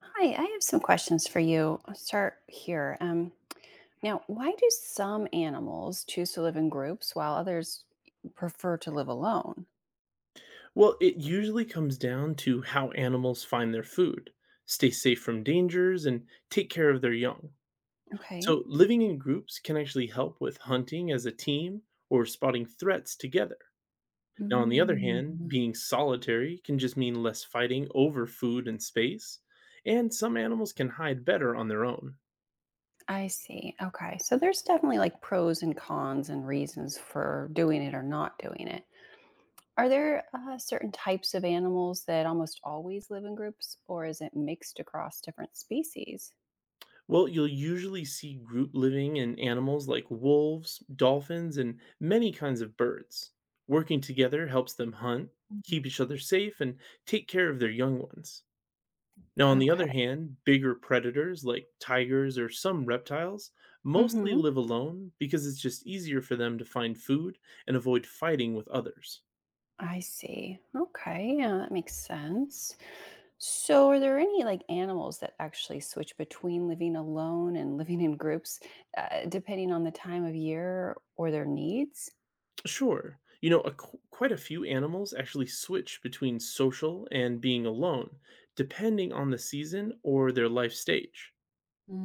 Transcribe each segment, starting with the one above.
Hi, I have some questions for you. I'll start here. Now, why do some animals choose to live in groups while others prefer to live alone? Well, it usually comes down to how animals find their food, stay safe from dangers, and take care of their young. Okay. So, living in groups can actually help with hunting as a team or spotting threats together. Now, on the other Mm, hand, being solitary can just mean less fighting over food and space, and some animals can hide better on their own. I see. Okay. So there's definitely like pros and cons and reasons for doing it or not doing it. Are there certain types of animals that almost always live in groups, or is it mixed across different species? Well, you'll usually see group living in animals like wolves, dolphins, and many kinds of birds. Working together helps them hunt, Mhm. keep each other safe, and take care of their young ones. Now, on the other Okay. hand, bigger predators like tigers or some reptiles mostly Hmm. live alone because it's just easier for them to find food and avoid fighting with others. I see. Okay. Yeah, that makes sense. So, are there any like animals that actually switch between living alone and living in groups, depending on the time of year or their needs? Sure. You know, quite a few animals actually switch between social and being alone, depending on the season or their life stage.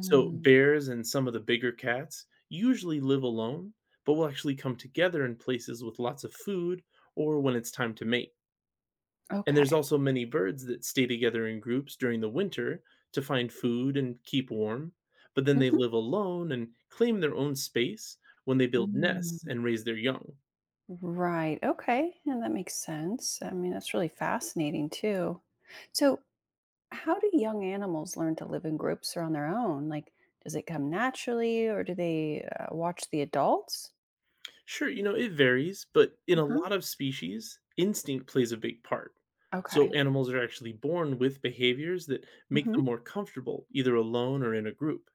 So, bears and some of the bigger cats usually live alone, but will actually come together in places with lots of food or when it's time to mate. And there's Okay. also many birds that stay together in groups during the winter to find food and keep warm, but then they Mhm. live alone and claim their own space when they build Mm. nests and raise their young. Right. Okay. And that makes sense. I mean, that's really fascinating too. So, how do young animals learn to live in groups or on their own? Like, does it come naturally or do they watch the adults? Sure, you know, it varies, but in a Uh-huh. lot of species, instinct plays a big part. So Okay. animals are actually born with behaviors that make Mm-hmm. them more comfortable, either alone or in a group.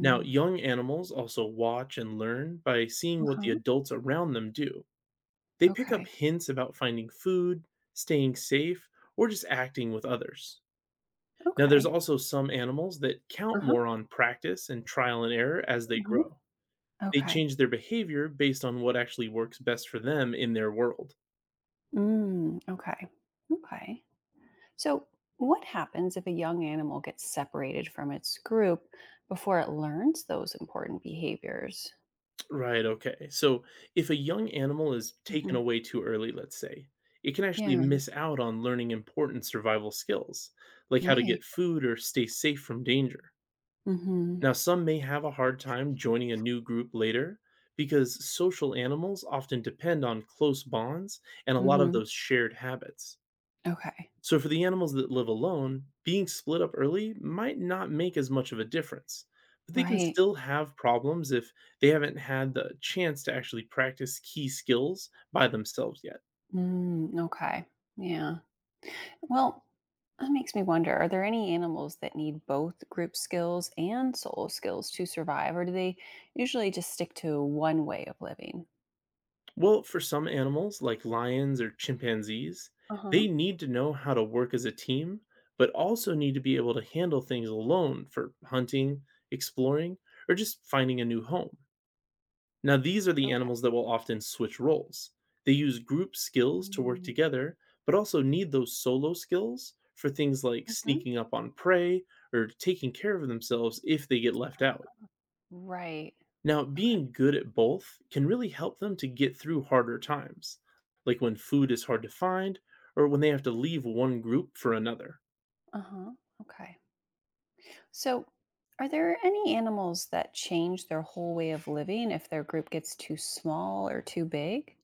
Now, young animals also watch and learn by seeing what the Uh-huh. adults around them do. They pick up Okay. hints about finding food, staying safe, or just acting with others. Now, there's Okay. also some animals that count Uh-huh. more on practice and trial and error as they Uh-huh. grow. They Okay. change their behavior based on what actually works best for them in their world. Mm, okay. Okay. So, what happens if a young animal gets separated from its group before it learns those important behaviors? Right, okay. So if a young animal is taken Hmm. away too early, let's say, it can actually Yeah. miss out on learning important survival skills, like how to Right. get food or stay safe from danger. Mm-hmm. Now, some may have a hard time joining a new group later because social animals often depend on close bonds and a lot of Mm-hmm. those shared habits. Okay. So, for the animals that live alone, being split up early might not make as much of a difference, but they can Right. still have problems if they haven't had the chance to actually practice key skills by themselves yet. Mm, okay. Yeah. Well, that makes me wonder, are there any animals that need both group skills and solo skills to survive, or do they usually just stick to one way of living? Well, for some animals, like lions or chimpanzees, Uh they huh. need to know how to work as a team, but also need to be able to handle things alone for hunting, exploring, or just finding a new home. Now, these are the Okay. animals that will often switch roles. They use group skills to work Mhm. together, but also need those solo skills for things like Mhm. sneaking up on prey or taking care of themselves if they get left out. Right. Now, Okay. being good at both can really help them to get through harder times, like when food is hard to find or when they have to leave one group for another. Uh-huh. Okay. So, are there any animals that change their whole way of living if their group gets too small or too big?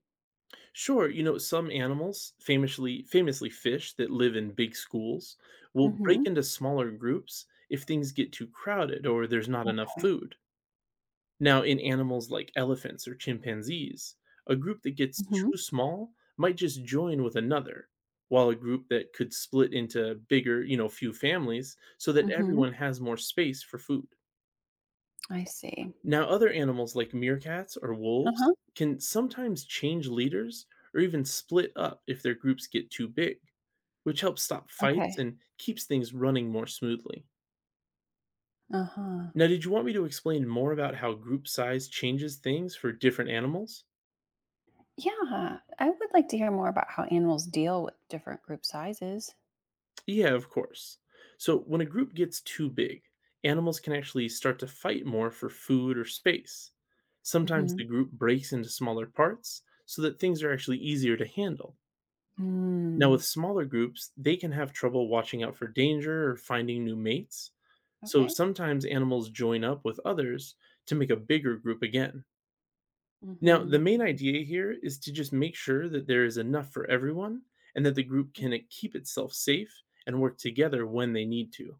Sure, you know, some animals, famously fish that live in big schools, will break Mhm. into smaller groups if things get too crowded or there's not enough Okay. food. Now, in animals like elephants or chimpanzees, a group that gets Mhm. too small might just join with another, while a group that could split into bigger, you know, few families so that Mhm. everyone has more space for food. I see. Now, other animals like meerkats or wolves Uh-huh. can sometimes change leaders or even split up if their groups get too big, which helps stop fights Okay. and keeps things running more smoothly. Uh-huh. Now, did you want me to explain more about how group size changes things for different animals? Yeah, I would like to hear more about how animals deal with different group sizes. Yeah, of course. So, when a group gets too big, animals can actually start to fight more for food or space. Sometimes Mhm. the group breaks into smaller parts so that things are actually easier to handle. Now, Mm. with smaller groups, they can have trouble watching out for danger or finding new mates. So Okay. sometimes animals join up with others to make a bigger group again. Now, the Mhm. main Mhm. idea here is to just make sure that there is enough for everyone and that the group can keep itself safe and work together when they need to.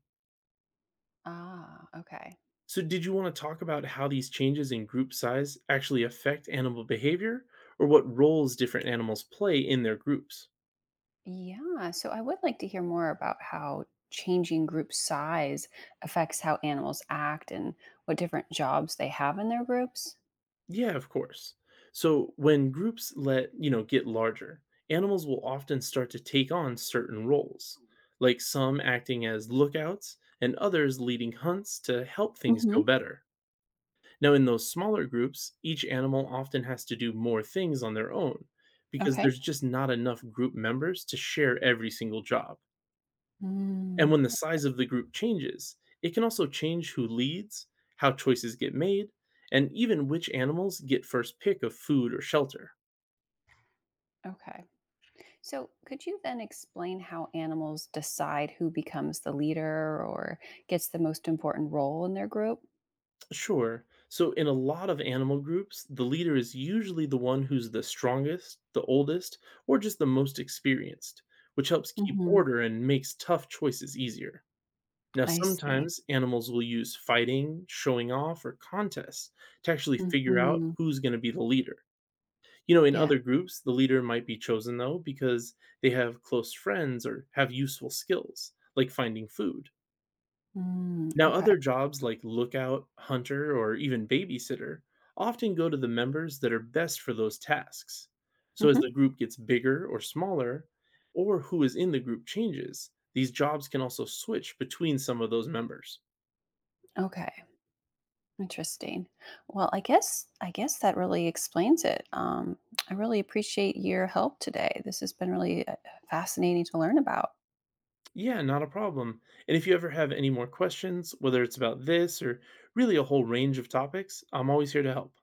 Ah, okay. So, did you want to talk about how these changes in group size actually affect animal behavior or what roles different animals play in their groups? Yeah, so I would like to hear more about how changing group size affects how animals act and what different jobs they have in their groups. Yeah, of course. So when groups you know, get larger, animals will often start to take on certain roles, like some acting as lookouts and others leading hunts to help things Hmm. go better. Now, in those smaller groups, each animal often has to do more things on their own because Okay. there's just not enough group members to share every single job. And when the Mm, size of the group changes, it can also change who leads, how choices get made, and even which animals get first pick of food or shelter. okay. So, could you then explain how animals decide who becomes the leader or gets the most important role in their group? Sure, so in a lot of animal groups, the leader is usually the one who's the strongest, the oldest, or just the most experienced, which helps keep Hmm. order and makes tough choices easier. Now, I see. sometimes animals will use fighting, showing off, or contests to actually figure out Hmm. who's going to be the leader. You know, in Yeah. other groups, the leader might be chosen though because they have close friends or have useful skills, like finding food. Mm, Now, okay. other jobs like lookout, hunter, or even babysitter often go to the members that are best for those tasks. So, as the Hmm. group gets bigger or smaller, or who is in the group changes, these jobs can also switch between some of those members. Okay. Interesting. Well, I guess that really explains it. I really appreciate your help today. This has been really fascinating to learn about. Yeah, not a problem. And if you ever have any more questions, whether it's about this or really a whole range of topics, I'm always here to help.